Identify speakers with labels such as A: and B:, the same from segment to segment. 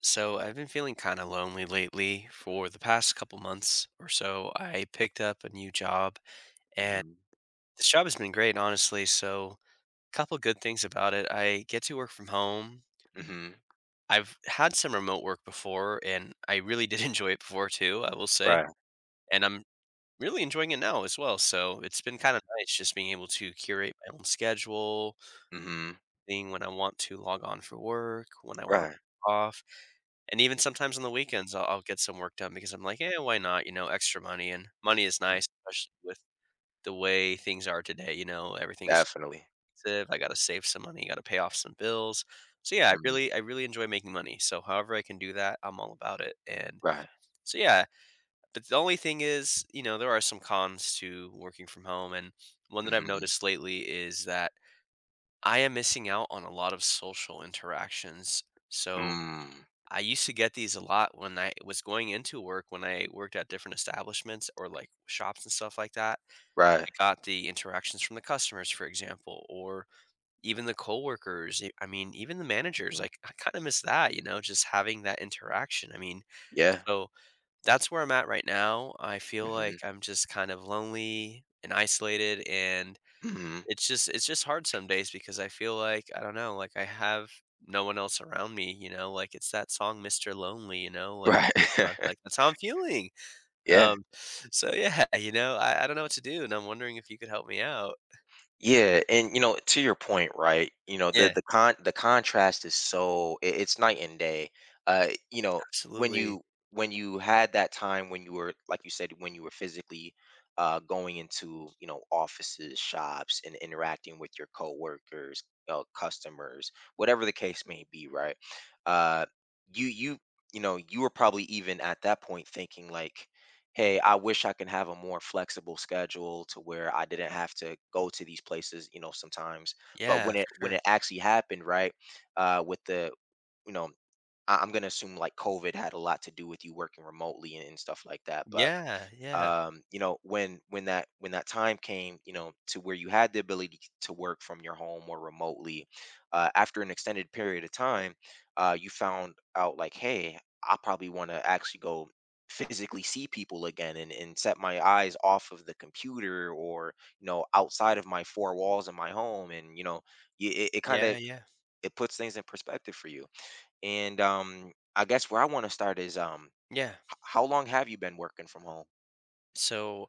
A: So I've been feeling kind of lonely lately for the past couple months or so. I picked up a new job and
B: Mhm.
A: this job has been great, honestly. So a couple good things about it. I get to work from home.
B: Mhm.
A: I've had some remote work before and I really did enjoy it before too, I will say.
B: Right.
A: And I'm really enjoying it now as well. So it's been
B: Mhm.
A: kind of nice just being able to curate my own schedule,
B: Mhm.
A: thing when I want to log on for work, when I want
B: Right.
A: to off, and even sometimes on the weekends, I'll get some work done because I'm like, "Yeah, why not?" You know, extra money, and money is nice, especially with the way things are today, you know, everything is
B: Definitely.
A: expensive. I gotta save some money, gotta pay off some bills. So, yeah, I
B: Mhm.
A: really I really enjoy making money, so however I can do that, I'm all about it, and
B: Right.
A: so, yeah, but the only thing is, you know, there are some cons to working from home, and one that I've
B: Mhm.
A: noticed lately is that I am missing out on a lot of social interactions. So
B: Mm.
A: I used to get these a lot when I was going into work, when I worked at different establishments or like shops and stuff like that.
B: Right.
A: I got the interactions from the customers, for example, or even the coworkers. I mean, even the managers.
B: Mhm.
A: Like, I kind of miss that, you know, just having that interaction. I mean,
B: Yeah.
A: so that's where I'm at right now. I feel
B: Mhm.
A: like I'm just kind of lonely and isolated, and
B: Mhm.
A: it's just hard some days because I feel like I don't know, like I have no one else around me, you know, like it's that song Mr. Lonely, you know,
B: Right.
A: like that's how I'm feeling.
B: Yeah.
A: Um so yeah, you know, I don't know what to do and I'm wondering if you could help me out.
B: Yeah, and you know, to your point, right? You know, the
A: Yeah,
B: the con the contrast is so it's night and day. Uh, you know, when
A: absolutely.
B: you when you had that time when you were like you said when you were physically going into, you know, offices, shops, and interacting with your coworkers, customers, whatever the case may be, right? Uh you you you know, you were probably even at that point thinking like, hey, I wish I can have a more flexible schedule to where I didn't have to go to these places, you know, sometimes. But
A: Yeah,
B: when it
A: for
B: when
A: sure.
B: it actually happened, right, with you know, I'm gonna assume like COVID had a lot to do with you working remotely and stuff like that. But
A: Yeah, yeah.
B: you know, when when that time came, you know, to where you had the ability to work from your home or remotely, after an extended period of time, you found out like, hey, I probably want to actually go physically see people again and set my eyes off of the computer, or you know, outside of my four walls in my home, and you know, it kind
A: Yeah,
B: of
A: yeah.
B: it puts things in perspective for you. And I guess where I want to start is,
A: Yeah.
B: how long have you been working from home?
A: So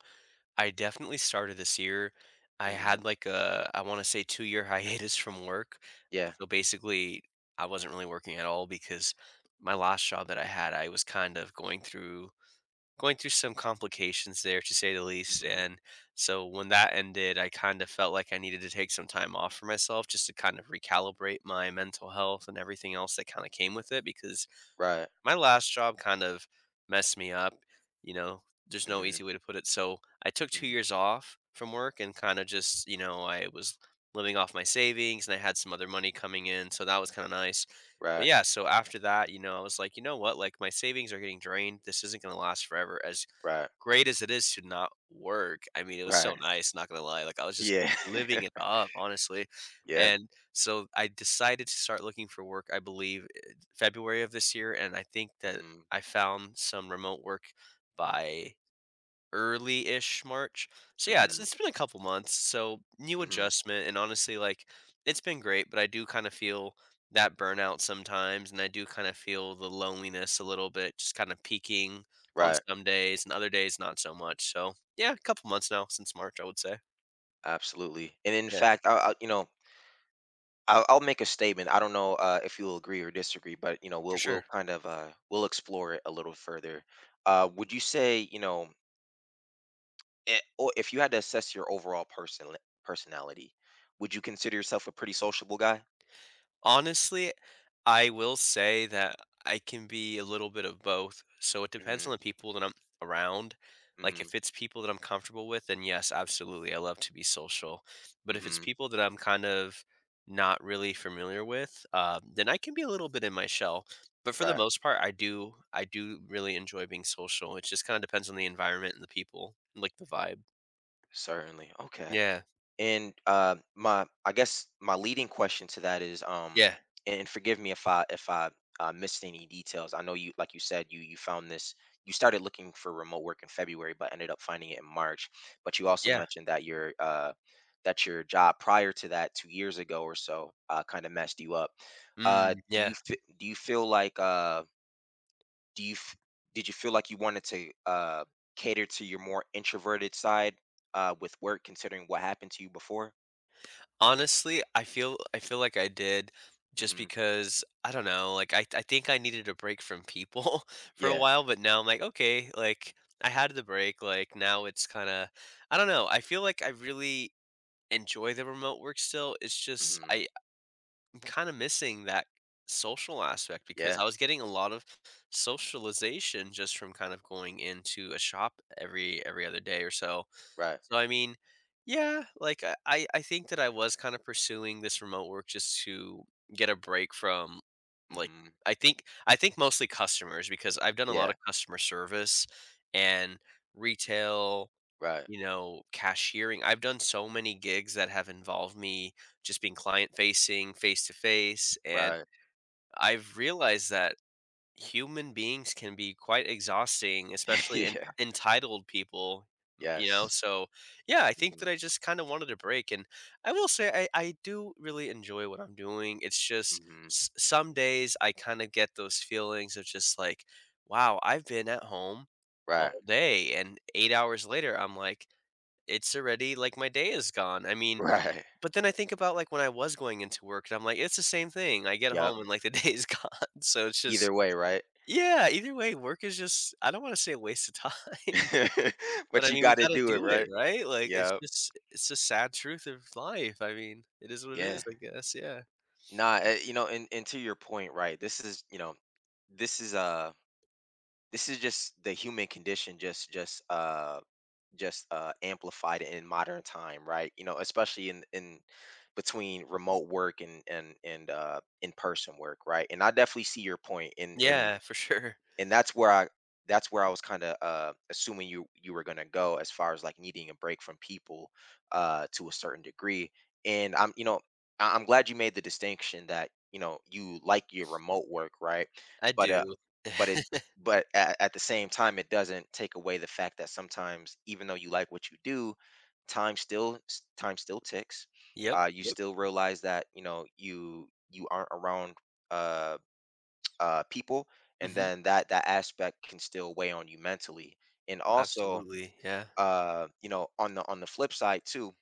A: I definitely started this year. I
B: Hmm.
A: had like a, I want to say 2 year hiatus from work.
B: Yeah.
A: So basically, I wasn't really working at all because my last job that I had, I was kind of going through some complications there, to say the least.
B: Mhm.
A: And so when that ended, I kind of felt like I needed to take some time off for myself just to kind of recalibrate my mental health and everything else that kind of came with it, because
B: Right.
A: my last job kind of messed me up, you know, there's no
B: Mhm.
A: easy way to put it. So I took two
B: Mhm.
A: years off from work and kind of just, you know, I was living off my savings and I had some other money coming in. So that was kind of nice. But
B: Right.
A: yeah, so after that, you know, I was like, you know what? Like my savings are getting drained. This isn't going to last forever. As
B: Right.
A: great as it is to not work, I mean, it was so
B: Right.
A: nice, not gonna lie, like, I was just
B: Yeah.
A: living it up, honestly,
B: Yeah.
A: and so I decided to start looking for work, I believe, February of this year, and I think that
B: Mhm.
A: I found some remote work by early-ish March. So yeah, it's
B: Mhm.
A: it's been a couple months, so new
B: Mhm.
A: adjustment, and honestly, like, it's been great, but I do kinda feel that burnout sometimes, and I do kinda feel the loneliness a little bit, just kinda peaking on
B: Right.
A: some days, and other days, not so much. So yeah, a couple months now, since March, I would say.
B: Absolutely. And in
A: Yeah,
B: fact, I you know, I'll make a statement. I don't know if you'll agree or disagree, but you know,
A: for
B: we'll we'll
A: sure.
B: kind of uh, we'll explore it a little further. Would you say, you know, or if you had to assess your overall personality, would you consider yourself a pretty sociable guy?
A: Honestly, I will say that I can be a little bit of both. So it depends on
B: Mhm.
A: the people that I'm around. Like
B: Mhm.
A: if it's people that I'm comfortable with, then yes, absolutely. I love to be social. But if it's
B: Mhm.
A: people that I'm kind of not really familiar with, then I can be a little bit in my shell. But for the
B: Right.
A: most part, I do really enjoy being social. It just kind of depends on the environment and the people, like the vibe.
B: Certainly. Okay.
A: Yeah.
B: And my, I guess my leading question to that is,
A: Yeah.
B: and forgive me if I missed any details. I know you, like you said, you found this, you started looking for remote work in February, but ended up finding it in March. But you also
A: Yeah.
B: mentioned that your job prior to that, 2 years ago or so, kind of messed you up.
A: Mm, yeah.
B: Do you feel like do you f- did you feel like you wanted to cater to your more introverted side with work, considering what happened to you before?
A: Honestly, I feel like I did just
B: Mhm.
A: because I don't know, like I think I needed a break from people for a
B: Yeah.
A: while, but now I'm like, okay, like I had the break, like now it's kind of I don't know. I feel like I really enjoy the remote work still. It's just
B: Mhm.
A: I'm kind of missing that social aspect because
B: Yeah.
A: I was getting a lot of socialization just from kind of going into a shop every other day or so.
B: Right.
A: So I mean, yeah, like I think that I was kind of pursuing this remote work just to get a break from like
B: Mhm.
A: I think mostly customers because I've done a lot
B: Yeah.
A: of customer service and retail,
B: Right.
A: you know, cashiering. I've done so many gigs that have involved me just being client facing, face to face. And
B: Right.
A: I've realized that human beings can be quite exhausting, especially en
B: Yeah.
A: entitled people, m you know,
B: Yes.
A: so, yeah, I think that
B: Mhm.
A: I just kinda wanted a break, and I will say I do really enjoy what I'm doing, it's just
B: Mhm.
A: s some days I kinda get those feelings of just like, "Wow, I've been at home
B: Right.
A: all day," and 8 hours later, I'm like, "It's already like, my day is gone." I mean
B: Right.
A: but then I think about, like, when I was going into work, and I'm like, "It's the same thing." I get
B: Yep.
A: home and, like, the day is gone, so it's just
B: Either way, right?
A: yeah, either way, work is just I don't wanna say a waste of time, but
B: But
A: I
B: you
A: mean, we
B: gotta
A: gotta
B: do it,
A: do it,
B: right?
A: right? Like, it's
B: Yep.
A: just it's the sad truth of life. I mean, it is what it
B: Yeah.
A: is, I guess, yeah.
B: Nah, you know, and to your point, right? This is, you know, this is uh this is just the human condition, just amplified in modern time, right? You know, especially in between remote work and in person work, right? And I definitely see your point in
A: Yeah, for sure.
B: and that's where I was kind of assuming you were gonna go as far as like needing a break from people, to a certain degree. And I'm, you know, I'm glad you made the distinction that, you know, you like your remote work, right?
A: I
B: But uh,
A: do.
B: but it but at the same time, it doesn't take away the fact that sometimes, even though you like what you do, time still ticks.
A: Yep,
B: You
A: yep.
B: still realize that you know you aren't around uh people, and
A: Mhm.
B: then that aspect can still weigh on you mentally. And also,
A: Absolutely, yeah.
B: you know, on the flip side too,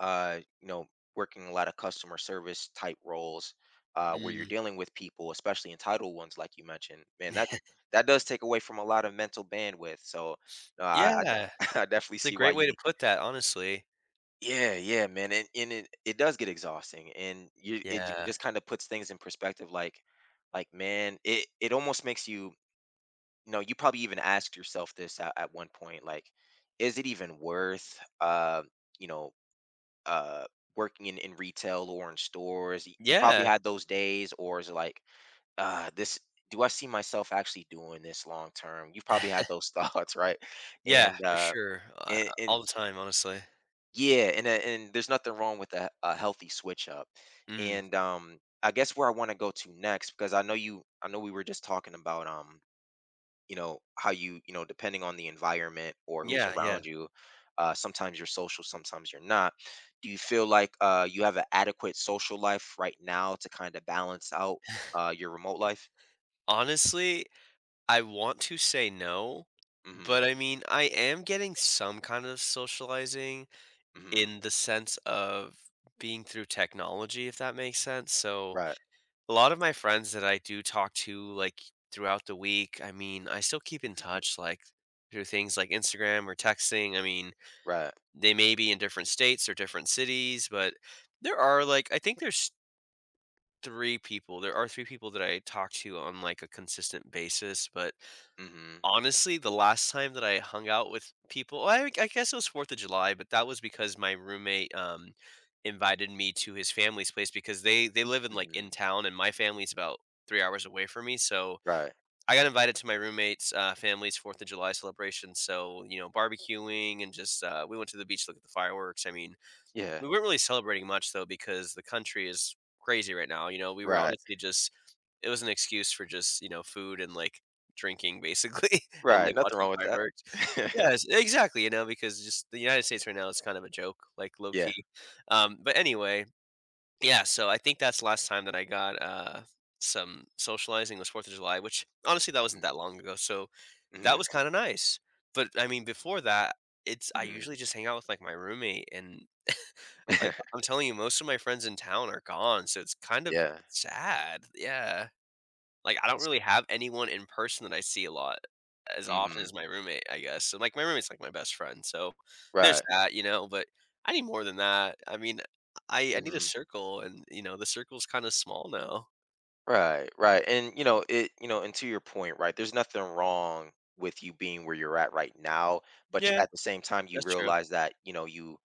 B: you know, working a lot of customer service type roles, where you're
A: Mm.
B: dealing with people, especially entitled ones, like you mentioned, man, that does take away from a lot of mental bandwidth. So, no,
A: Yeah,
B: I definitely
A: it's a
B: see why
A: great way
B: you
A: to
B: need.
A: put that, honestly.
B: Yeah, yeah, man, and it does get exhausting, and
A: Yeah.
B: just kind of puts things in perspective. Like man, it almost makes you. No, you probably even asked yourself this at one point, like, is it even worth, you know, uh, working in retail or in stores? You probably
A: Yeah.
B: had those days, or is it like, uh, this, do I see myself actually doing this long term? You probably had those thoughts, right?
A: Yeah,
B: And,
A: for
B: uh,
A: sure. All
B: and
A: the time, honestly.
B: Yeah, and there's nothing wrong with a healthy switch up.
A: Mm.
B: And, I guess where I want to go to next, because I know you, I know we were just talking about, you know how you, you know, depending on the environment or who's
A: Yeah, yeah.
B: around you, sometimes you're social, sometimes you're not. Do you feel like you have an adequate social life right now to kind of balance out your remote life?
A: Honestly, I want to say no,
B: Mm-hmm.
A: but I mean, I am getting some kind of socializing
B: Mm-hmm.
A: in the sense of being through technology, if that makes sense. So,
B: Right.
A: a lot of my friends that I do talk to, like throughout the week, I mean, I still keep in
B: Hmm.
A: touch, like through things like Instagram or texting. I mean,
B: Right.
A: they may be in different states or different cities, but there are like, I think there are three people that I talk to on like a consistent basis. But
B: Mm-hmm.
A: honestly, the last time that I hung out with people well, I guess it was 4th of July, but that was because my roommate, invited me to his family's place because they live in, like, in
B: Mm-hmm.
A: town, and my family's about 3 hours away from me, so
B: Right.
A: I got invited to my roommate's, family's 4th of July celebration, so, you know, barbecuing and just, we went to the beach to look at the fireworks. I mean,
B: Yeah.
A: we weren't really celebrating much though because the country is crazy right now, you know, we were
B: Right.
A: honestly just it was an excuse for just, you know, food and, like, drinking basically and,
B: Right.
A: like,
B: Nothing
A: watching
B: wrong with
A: fireworks.
B: that.
A: Yes, exactly, you know, because just the United States right now is kind of a joke, like, low
B: Yeah.
A: key. But anyway, yeah, so I think that's the last time that I got, some socializing was 4th of July, which honestly that wasn't that
B: Mm-hmm.
A: long ago, so that
B: Mm-hmm.
A: was kinda nice, but, I mean, before that, it's I
B: Mm-hmm.
A: usually just hang out with, like, my roommate, and, like, I'm telling you, most of my friends in town are gone, so it's kind of
B: Yeah.
A: sad, yeah. Like, I don't
B: that's,
A: really have anyone in person that I see a lot as often
B: mm-hmm.
A: as my roommate, I guess, and, like, my roommate's, like, my best friend, so there's
B: Right.
A: that, you know, but I need more than that. I mean, I need a
B: Mm-hmm.
A: circle, and, you know, the circle's kinda small now.
B: Right, right. And you know, it you know, and to your point, right, there's nothing wrong with you being where you're at right now, but you,
A: Yeah,
B: at the same time, you
A: that's true.
B: realize that, you know, you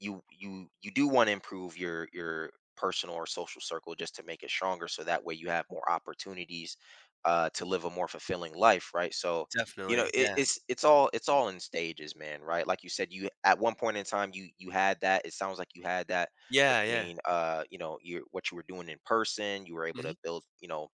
B: you you you do want to improve your personal or social circle just to make it stronger so that way you have more opportunities to live a more fulfilling life, right? So, you know,
A: Definitely, yeah.
B: it's all in stages, man, right? Like you said, you at one point in time you had that. It sounds like you had that
A: Yeah, yeah.
B: between you know your what you were doing in person. You were able to
A: Mhm,
B: build, you know,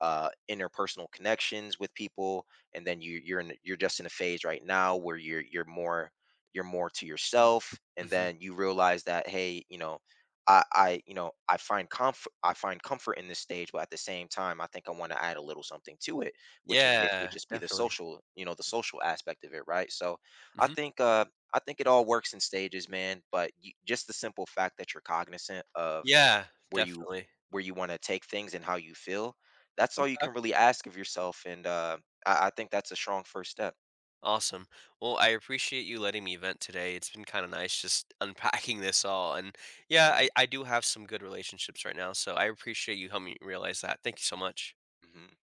B: interpersonal connections with people, and then you're just in a phase right now where you're more to yourself. And
A: mhm.
B: then you realize that, hey, you know, I, you know, I find comfort in this stage, but at the same time I think I want to add a little something to it, which in case would
A: Yeah,
B: just be the
A: definitely.
B: social, you know, the social aspect of it, right? So I
A: Mhm.
B: think, I think it all works in stages, man. But you, just the simple fact that you're cognizant of
A: Yeah,
B: where you
A: definitely.
B: where you want to take things and how you feel, that's all you
A: M'kay.
B: can really ask of yourself. And I think that's a strong first step.
A: Awesome. Well, I appreciate you letting me vent today. It's been kinda nice just unpacking this all, and yeah,
B: Hmm.
A: I do have some good relationships right now, so I appreciate you helping me realize that. Thank you so much.
B: Hmm.